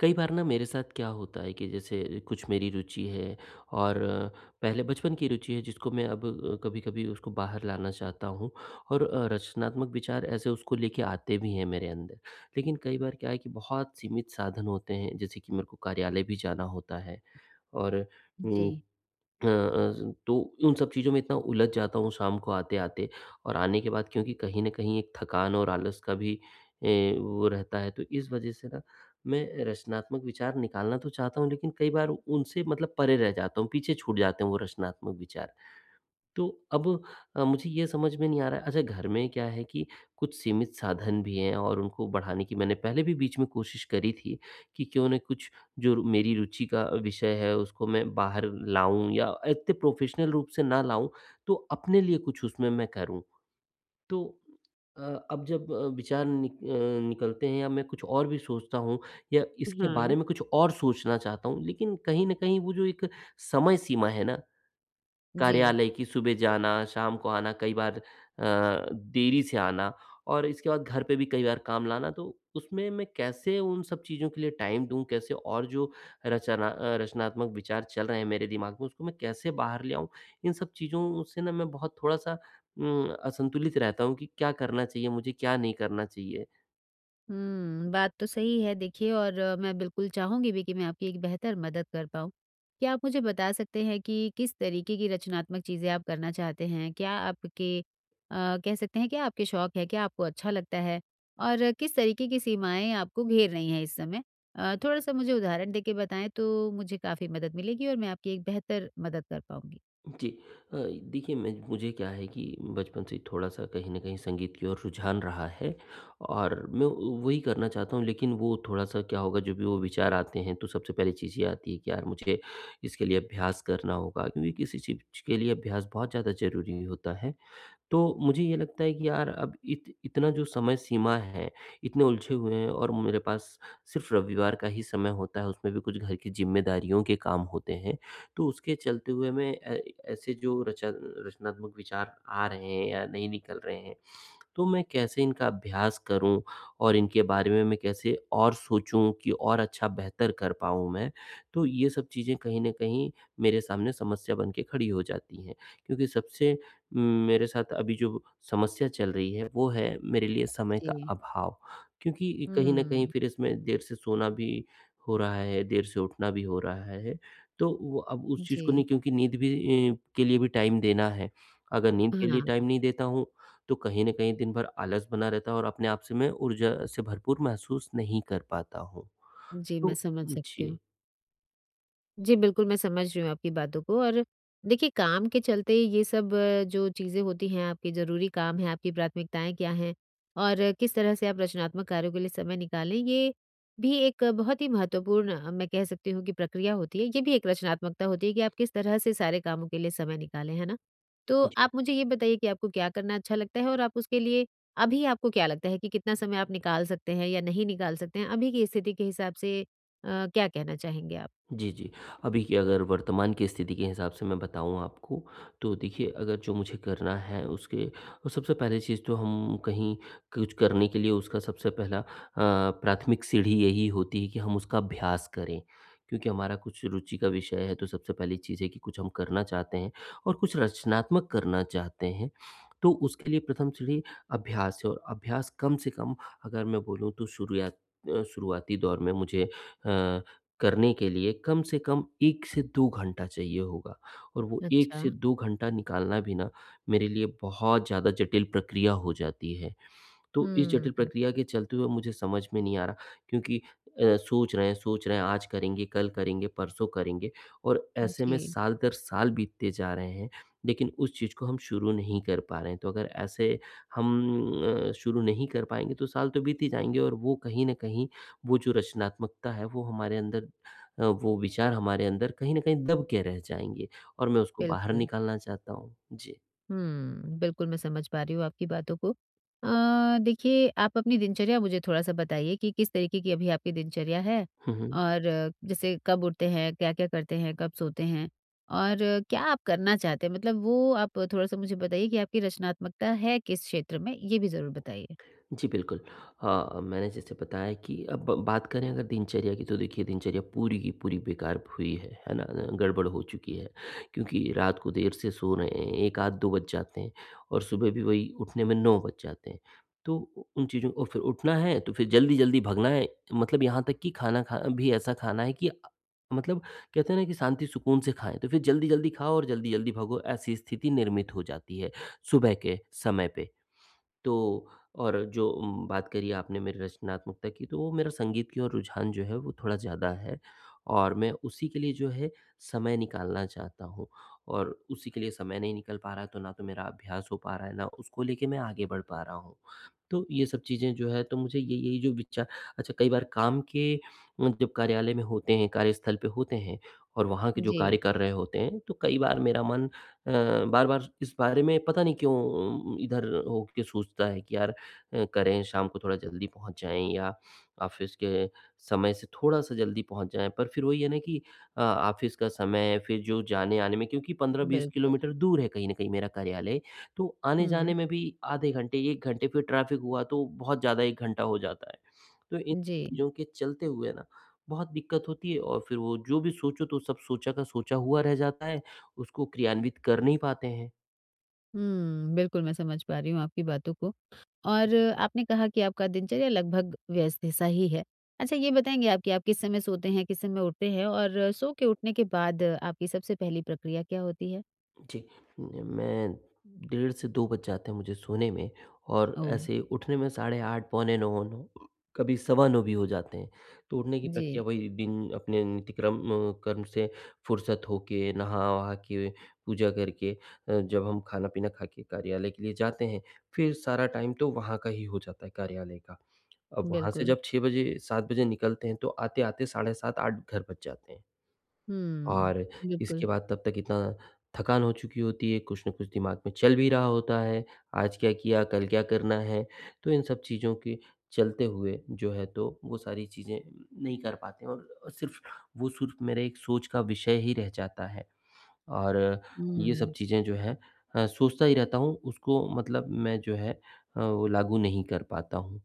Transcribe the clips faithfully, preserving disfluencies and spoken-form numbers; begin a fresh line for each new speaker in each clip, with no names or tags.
कई बार ना मेरे साथ क्या होता है कि जैसे कुछ मेरी रुचि है और अ, पहले बचपन की रुचि है जिसको मैं अब कभी-कभी उसको बाहर लाना चाहता हूँ, और अ, रचनात्मक विचार ऐसे उसको लेके आते भी हैं मेरे अंदर। लेकिन कई बार क्या है कि बहुत सीमित साधन होते हैं, जैसे कि मेरे को कार्यालय भी जाना होता है, और
जी।
उम अ अ, तो उन सब चीज़ों में इतना उलझ जाता हूँ शाम को आते-आते, और आने के बाद, क्योंकि कहीं न कहीं एक थकान और आलस का भी ए, वो रहता है, तो इस वज़ह से ना मैं रचनात्मक विचार निकालना तो चाहता हूँ, लेकिन कई बार उनसे मतलब परे रह जाता हूँ, पीछे छूट जाते हैं वो रचनात्मक विचार। तो अब अ, मुझे ये समझ में नहीं आ रहा है। अच्छा घर में क्या है कि कुछ सीमित साधन भी हैं, और उनको बढ़ाने की मैंने पहले भी बीच में कोशिश करी थी कि क्यों ना कुछ जो रु- मेरी रुचि का विषय है उसको मैं बाहर लाऊं, या इतने प्रोफेशनल रूप से ना लाऊं तो अपने लिए कुछ उसमें मैं करूं। तो अ, अब जब अ, विचार निक, अ, निकलते हैं या मैं कुछ और भी सोचता हूँ, या इसके
हाँ।
बारे में कुछ और सोचना चाहता हूँ, लेकिन कहीं ना कहीं वो जो एक समय सीमा है ना,
जी।
कार्यालय की, सुबह जाना, शाम को आना, कई बार अ, देरी से आना, और इसके बाद घर पे भी कई बार काम लाना, तो उसमें मैं कैसे उन सब चीज़ों के लिए टाइम दूँ? कैसे, और जो रचना अ, रचनात्मक विचार चल रहे हैं मेरे दिमाग में, उसको मैं कैसे बाहर ले आऊँ? इन सब चीज़ों से ना मैं बहुत थोड़ा-सा उम, असंतुलित रहता हूँ कि क्या करना चाहिए मुझे, क्या नहीं करना चाहिए।
हुँ, बात तो सही है देखिए और अ, मैं बिल्कुल चाहूँगी भी कि मैं आपकी एक बेहतर मदद कर पाऊँ। क्या आप मुझे बता सकते हैं कि किस तरीके की रचनात्मक चीज़ें आप करना चाहते हैं? क्या आपके अ, कह सकते हैं क्या आपके शौक है? क्या आपको अच्छा लगता है? और अ, किस तरीके की सीमाएँ आपको घेर रही हैं इस समय? अ, थोड़ा-सा मुझे उदाहरण देके बताएँ तो मुझे काफ़ी मदद मिलेगी और मैं आपकी एक बेहतर मदद कर पाऊँगी।
जी। अ, देखिए मैं, मुझे क्या है कि बचपन से थोड़ा-सा कहीं न कहीं संगीत की ओर रुझान रहा है, और मैं वही करना चाहता हूँ, लेकिन वो थोड़ा-सा क्या होगा, जब भी वो विचार आते हैं तो सबसे पहली चीज़ ये आती है कि यार मुझे इसके लिए अभ्यास करना होगा, क्योंकि किसी चीज़ के लिए अभ्यास बहुत ज़्यादा ज़रूरी होता है। तो मुझे ये लगता है कि यार, अब इत इतना जो समय सीमा है, इतने उलझे हुए हैं, और मेरे पास सिर्फ़ रविवार का ही समय होता है, उसमें भी कुछ घर की ज़िम्मेदारियों के काम होते हैं। तो उसके चलते हुए मैं अ, ऐसे जो रचा रचनात्मक विचार आ रहे हैं या नहीं निकल रहे हैं, तो मैं कैसे इनका अभ्यास करूँ, और इनके बारे में मैं कैसे और सोचूँ कि और अच्छा बेहतर कर पाऊँ मैं। तो ये सब चीज़ें कहीं न कहीं मेरे सामने समस्या बन के खड़ी हो जाती हैं, क्योंकि सबसे म, मेरे साथ अभी जो समस्या चल रही है वो है मेरे लिए समय का
जी।
अभाव। क्योंकि कहीं न कहीं
हुँ,
फिर इसमें देर से सोना भी हो रहा है, देर से उठना भी हो रहा है। तो वो अब उस चीज़
जी।
को नहीं, क्योंकि नींद भी अ, के लिए भी टाइम देना है। अगर नींद के लिए
हाँ,
टाइम नहीं देता हूँ, तो कहीं न कहीं दिन भर आलस बना रहता है, और अपने आप से मैं ऊर्जा से भरपूर महसूस नहीं कर पाता हूँ।
जी, मैं
तो
समझ सकती हूँ।
जी,
जी, बिल्कुल, मैं समझ रही हूँ आपकी बातों को और देखिए काम के चलते ये सब अ, जो चीज़ें होती हैं, आपके ज़रूरी काम हैं, आपकी प्राथमिकताएँ क्या हैं और अ, किस तरह से आप रचनात्मक कार्यों के लिए समय निकालें, ये भी एक अ, बहुत ही महत्वपूर्ण अ, मैं कह सकती हूँ कि प्रक्रिया होती है। ये भी एक रचनात्मकता होती है कि आप किस तरह से सारे कामों के लिए समय निकालें, है ना? तो
जी।
आप मुझे ये बताइए कि आपको क्या करना अच्छा लगता है और आप उसके लिए अभी आपको क्या लगता है कि कितना समय आप निकाल सकते हैं या नहीं निकाल सकते हैं? अभी की स्थिति के हिसाब से अ, क्या कहना चाहेंगे आप?
जी, जी। अभी की, अगर वर्तमान की स्थिति के हिसाब से मैं बताऊँ आपको, तो देखिए अगर जो मुझे करना है उसके और सबसे पहली चीज़, तो हम कहीं कुछ करने के लिए उसका सबसे पहला अ, प्राथमिक सीढ़ी यही होती है कि हम उसका अभ्यास करें। क्योंकि हमारा कुछ रुचि का विषय है तो सबसे पहली चीज़ है कि कुछ हम करना चाहते हैं और कुछ रचनात्मक करना चाहते हैं, तो उसके लिए प्रथम सीढ़ी अभ्यास है। और अभ्यास कम से कम, अगर मैं बोलूँ, तो शुरुआत अ, शुरुआती दौर में मुझे अ करने के लिए कम से कम एक से दो घंटा चाहिए होगा, और वो एक
अच्छा।
से दो घंटा निकालना भी ना मेरे लिए बहुत ज़्यादा जटिल प्रक्रिया हो जाती है। तो इस जटिल
हुँ,
प्रक्रिया के चलते हुए मुझे समझ में नहीं आ रहा, क्योंकि अ, सोच रहे हैं, सोच रहे हैं, आज करेंगे, कल करेंगे, परसों करेंगे, और ऐसे में
जी,
साल दर साल बीतते जा रहे हैं, लेकिन उस चीज़ को हम शुरू नहीं कर पा रहे हैं। तो अगर ऐसे हम अ, शुरू नहीं कर पाएंगे, तो साल तो बीत ही जाएंगे, और वो कहीं ना कहीं, वो जो रचनात्मकता है वो हमारे अंदर, अ, वो विचार हमारे अंदर कहीं ना कहीं दब के रह जाएंगे, और मैं उसको बाहर
बिल्कुल।
निकालना चाहता हूँ जी।
हुँ, बिल्कुल मैं समझ पा रही हूँ आपकी बातों को। अ, देखिए आप अपनी दिनचर्या मुझे थोड़ा-सा बताइए कि किस तरीके की अभी आपकी दिनचर्या है?
हम्म, हम्म।
और अ, जैसे कब उठते हैं, क्या-क्या करते हैं, कब सोते हैं? और अ, क्या आप करना चाहते हैं? मतलब वो आप थोड़ा-सा मुझे बताइए कि आपकी रचनात्मकता है किस क्षेत्र में? ये भी ज़रूर बताइए।
जी, बिल्कुल। अ, मैंने जैसे बताया कि अब ब- बात करें, अगर दिनचर्या की, तो देखिए दिनचर्या पूरी की पूरी बेकार हुई है, है ना? गड़बड़ हो चुकी है, क्योंकि रात को देर से सो रहे हैं, एक आध दो बज जाते हैं, और सुबह भी वही उठने में नौ बज जाते हैं। तो उ उन चीज़ों, और फिर उठना है तो फिर जल्दी-जल्दी भगना है, मतलब यहाँ तक कि खाना खा भी ऐसा खाना है कि अ, मतलब, कहते हैं ना कि शांति सुकून से खाएँ, तो फिर जल्दी-जल्दी खाओ, और जल्दी-जल्दी भगो, ऐसी स्थिति निर्मित हो जाती है सुबह के समय पे। तो, और जो उम, बात करी आपने मेरी रचनात्मकता की, तो वो मेरा संगीत की ओर रुझान जो है वो थोड़ा ज़्यादा है, और मैं उसी के लिए जो है समय निकालना चाहता हूँ, और उसी के लिए समय नहीं निकल पा रहा है, तो ना तो मेरा अभ्यास हो पा रहा है, ना उसको लेके मैं आगे बढ़ पा रहा हूँ। तो ये सब चीज़ें जो है, तो मुझे ये, यही जो विचार, अच्छा कई बार काम के उम, जब कार्यालय में होते हैं, कार्यस्थल पे होते हैं, और वहाँ के जो
जी,
कार्य कर रहे होते हैं, तो कई बार मेरा मन अ, बार-बार इस बारे में पता नहीं क्यों उम, इधर होके सोचता है कि यार अ, करें, शाम को थोड़ा जल्दी पहुँच जाएँ, या ऑफ़िस के समय से थोड़ा-सा जल्दी पहुँच जाएँ। पर फिर वही है ना कि अ, ऑफ़िस का समय, फिर जो जाने-आने में, क्योंकि पंद्रह बीस
बिल्कुल।
किलोमीटर दूर है कहीं न कहीं मेरा कार्यालय, तो
हुँ,
आने-जाने में भी आधे घंटे, एक घंटे, फिर ट्रैफ़िक हुआ तो बहुत ज़्यादा एक घंटा हो जाता है। तो इन
जी।
चीज़ों के चलते हुए ना बहुत दिक्कत होती है, और फिर वो जो भी सोचो, तो सब सोचा का सोचा हुआ रह जाता है। उसको क्रियान्वित कर नहीं पाते हैं।
हुँ, बिल्कुल मैं समझ पा रही हूँ आपकी बातों को और आपने कहा कि आपका दिनचर्या लगभग व्यस्त सा ही है। अच्छा ये बताएँगे आप कि आप किस समय सोते हैं, किस समय उठते हैं और सो के उठने के बाद आपकी सबसे पहली प्रक्रिया क्या होती है?
जी, मैं, डेढ़ से दो बज जाते हैं मुझे सोने में, और
ओह!
ऐसे उठने में साढ़े आठ, पौने नौ, नौ, कभी सवा नौ भी हो जाते हैं। तो उठने की
जी,
प्रक्रिया, वही दिन अपने नित्यक्रम अ, कर्म से फुर्सत होके, नहा-वहा के, पूजा करके, अ, जब हम खाना-पीना खा के कार्यालय के लिए जाते हैं, फिर सारा टाइम तो वहाँ का ही हो जाता है कार्यालय का। अब वहाँ से
बिल्कुल।
जब छह बजे, सात बजे निकलते हैं, तो आते-आते साढ़े सात, आठ घर बज जाते हैं।
हुँ,
और
बिल्कुल।
इसके बाद तब तक इतना थकान हो चुकी होती है, कुछ न कुछ दिमाग में चल भी रहा होता है, आज क्या किया, कल क्या करना है। तो इन सब चीज़ों के चलते हुए जो है, तो वो सारी चीज़ें नहीं कर पाते हैं, और सिर्फ़, वो सिर्फ़ मेरे एक सोच का विषय ही रह जाता है, और ये सब
हुँ।
चीज़ें जो हैं अ, सोचता ही रहता हूँ, उसको मतलब मैं जो है अ, वो लागू नहीं कर पाता हूँ।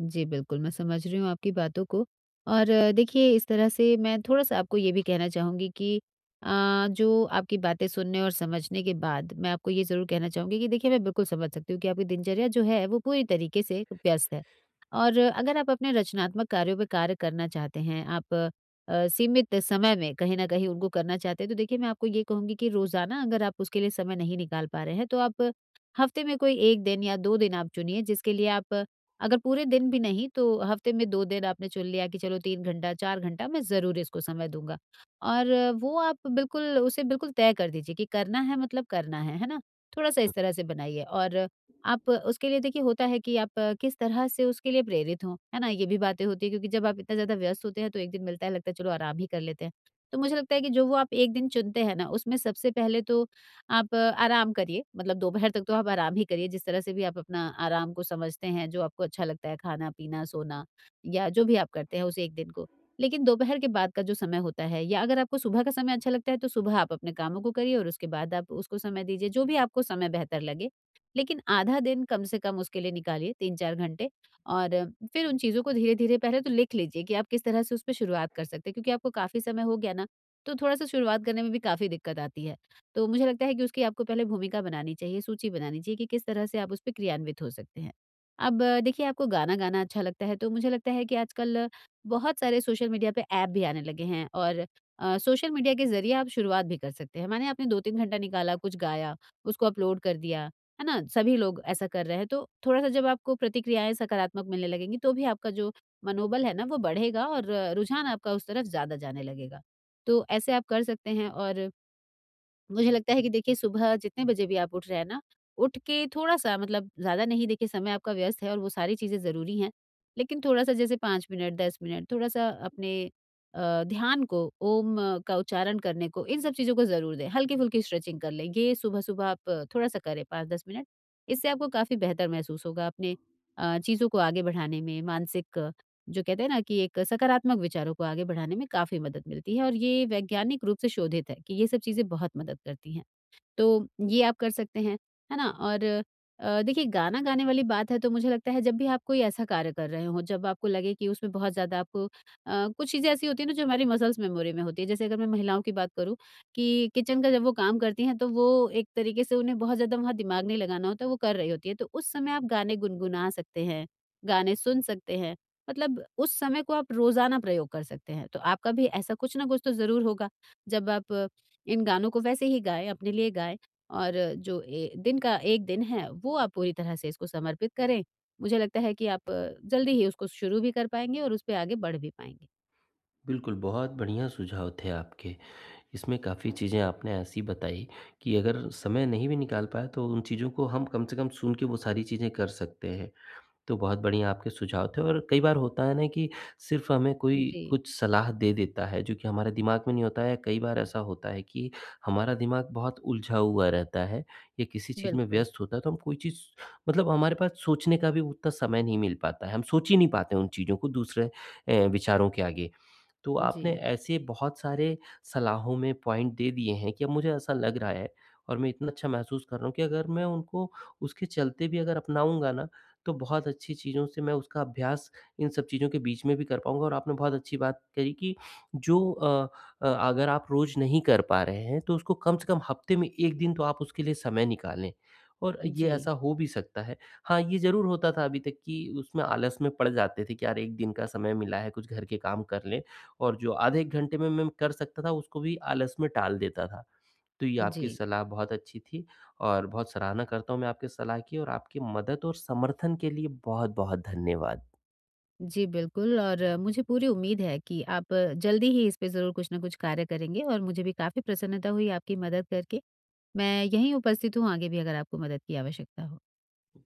जी, बिल्कुल, मैं समझ रही हूँ आपकी बातों को और अ, देखिए इस तरह से मैं थोड़ा-सा आपको ये भी कहना चाहूँगी कि अ, जो आपकी बातें सुनने और समझने के बाद मैं आपको ये ज़रूर कहना चाहूँगी कि देखिए मैं बिल्कुल समझ सकती हूँ कि आपकी दिनचर्या जो है वो पूरी तरीके से व्यस्त है। और अ, अगर आप अपने रचनात्मक कार्यों पे कार्य करना चाहते हैं, आप अ, सीमित समय में कहीं न कहीं उनको करना चाहते हैं, तो देखिए मैं आपको ये कहूँगी कि रोज़ाना अगर आप उसके लिए समय नहीं निकाल पा रहे हैं, तो आप हफ्ते में कोई एक दिन या दो दिन आप चुनिए जिसके लिए आप अगर पूरे दिन भी नहीं तो हफ्ते में दो दिन आपने चुन लिया कि चलो तीन घंटा, चार घंटा मैं ज़रूर इसको समय दूँगा और वो आप बिल्कुल उसे बिल्कुल तय कर दीजिए कि करना है मतलब करना है, है ना? थोड़ा-सा इस तरह से बनाइए और आप उसके लिए देखिए होता है कि आप किस तरह से उसके लिए प्रेरित हो, है ना? ये भी बातें होती हैं क्योंकि जब आप इतना ज़्यादा व्यस्त होते हैं तो एक दिन मिलता है लगता है चलो आराम ही कर लेते हैं। तो मुझे लगता है कि जो वो आप एक दिन चुनते हैं ना उसमें सबसे पहले तो आप अ, आराम करिए मतलब दोपहर तक तो आप आराम ही करिए जिस तरह से भी आप अपना आराम को समझते हैं जो आपको अच्छा लगता है खाना पीना सोना या जो भी आप करते हैं उस एक दिन को। लेकिन दोपहर के बाद का जो समय होता है या अगर आपको सुबह का समय अच्छा लगता है तो सुबह आप अपने कामों को करिए और उसके बाद आप उसको समय दीजिए जो भी आपको समय बेहतर लगे, लेकिन आधा दिन कम से कम उसके लिए निकालिए तीन चार घंटे और अ, फिर उन चीज़ों को धीरे धीरे पहले तो लिख लीजिए कि आप किस तरह से उस पर शुरुआत कर सकते हैं क्योंकि आपको काफ़ी समय हो गया ना, तो थोड़ा सा शुरुआत करने में भी काफ़ी दिक्कत आती है। तो मुझे लगता है कि उसकी आपको पहले भूमिका बनानी चाहिए, सूची बनानी चाहिए कि किस तरह से आप उसपे क्रियान्वित हो सकते हैं। अब अ, देखिए आपको गाना गाना अच्छा लगता है तो मुझे लगता है कि आजकल बहुत सारे सोशल मीडिया पे ऐप भी आने लगे हैं और अ, सोशल मीडिया के ज़रिए आप शुरुआत भी कर सकते हैं। माने आपने दो तीन घंटा निकाला, कुछ गाया, उसको अपलोड कर दिया, है ना? सभी लोग ऐसा कर रहे हैं तो थोड़ा-सा जब आपको प्रतिक्रियाएँ सकारात्मक मिलने लगेंगी तो भी आपका जो मनोबल है ना वो बढ़ेगा और अ, रुझान आपका उस तरफ ज़्यादा जाने लगेगा। तो ऐसे आप कर सकते हैं और मुझे लगता है कि देखिए सुबह जितने बजे भी आप उठ रहे हैं ना, उठ के थोड़ा-सा मतलब ज़्यादा नहीं देखिए समय आपका व्यस्त है और वो सारी चीज़ें ज़रूरी हैं। लेकिन थोड़ा-सा जैसे पाँच मिनट, दस मिनट थोड़ा-सा अपने अ, ध्यान को, ओम अ, का उच्चारण करने को, इन सब चीज़ों को ज़रूर दें। हल्की-फुल्की स्ट्रेचिंग कर लें। ये सुबह-सुबह आप थोड़ा-सा करें पाँच से दस मिनट। इससे आपको काफ़ी बेहतर महसूस होगा अपने अ, चीज़ों को आगे बढ़ाने में, मानसिक जो कहते हैं ना कि एक सकारात्मक विचारों को आगे बढ़ाने में काफ़ी मदद मिलती है और ये वैज्ञानिक रूप से शोधित है कि ये सब चीज़ें बहुत मदद करती हैं। तो ये आप कर सकते हैं, है ना? और अ, देखिए गाना गाने वाली बात है तो मुझे लगता है जब भी आप कोई ऐसा कार्य कर रहे हों, जब आपको लगे कि उसमें बहुत ज़्यादा आपको अ, कुछ चीज़ें ऐसी होती हैं ना जो हमारी मसल्स मेमोरी में होती है। जैसे अगर मैं महिलाओं की बात करूँ कि किचन का जब वो काम करती हैं तो वो एक तरीके से उन्हें बहुत ज़्यादा वहाँ दिमाग नहीं लगाना होता, वो कर रही होती है। तो उस समय आप गाने गुनगुना सकते हैं, गाने सुन सकते हैं। मतलब उस समय को आप रोज़ाना प्रयोग कर सकते हैं। तो आपका भी ऐसा कुछ ना कुछ तो ज़रूर होगा। जब आप इन गानों को वैसे ही गाएँ, अपने लिए गाएँ और जो ए दिन का एक दिन है, वो आप पूरी तरह से इसको समर्पित करें। मुझे लगता है कि आप अ, जल्दी ही उसको शुरू भी कर पाएँगे और उसपे आगे बढ़ भी पाएँगे।
बिल्कुल, बहुत बढ़िया सुझाव थे आपके। इसमें काफ़ी चीज़ें आपने ऐसी बताई कि अगर समय नहीं भी निकाल पाए, तो उन चीज़ों को हम कम से कम सुन के वो सारी चीज़ें कर सकते हैं। तो बहुत बढ़िया आपके सुझाव थे, और कई बार होता है ना कि सिर्फ़ हमें कोई
जी,
कुछ सलाह दे देता है, जो कि हमारे दिमाग में नहीं होता है। कई बार ऐसा होता है कि हमारा दिमाग बहुत उलझा हुआ रहता है, या किसी चीज़ में
बिल्कुल।
व्यस्त होता है, तो हम कोई चीज़, मतलब हमारे पास सोचने का भी उतना समय नहीं मिल पाता है। हम सोच ही नहीं पाते उन चीज़ों को, दूसरे अ, विचारों के आगे। तो
जी,
आपने ऐसे बहुत सारे सलाहों में पॉइंट दे दिए हैं कि अब मुझे ऐसा लग रहा है, और मैं इतना अच्छा महसूस कर रहा हूँ, कि अगर मैं उनको, उसके चलते भी अगर अपनाऊँगा ना, तो बहुत अच्छी चीज़ों से मैं उसका अभ्यास इन सब चीज़ों के बीच में भी कर पाऊँगा। और आपने बहुत अच्छी बात करी कि जो अ अ, अगर आप रोज़ नहीं कर पा रहे हैं, तो उसको कम से कम हफ़्ते में एक दिन तो आप उसके लिए समय निकालें, और ये
जी,
ऐसा हो भी सकता है। हाँ, ये ज़रूर होता था अभी तक कि उसमें आलस में पड़ जाते थे कि यार, एक दिन का समय मिला है, कुछ घर के काम कर लें। और जो आधे एक घंटे में मैं कर सकता था, उसको भी आलस में टाल देता था। तो ये
जी।
आपकी सलाह बहुत अच्छी थी, और बहुत सराहना करता हूँ मैं आपकी सलाह की, और आपकी मदद और समर्थन के लिए बहुत-बहुत धन्यवाद।
जी, बिल्कुल और अ, मुझे पूरी उम्मीद है कि आप अ, जल्दी ही इस पे ज़रूर कुछ ना कुछ कार्य करेंगे और मुझे भी काफ़ी प्रसन्नता हुई आपकी मदद करके। मैं यहीं उपस्थित हूँ आगे भी अगर आपको मदद की आवश्यकता हो।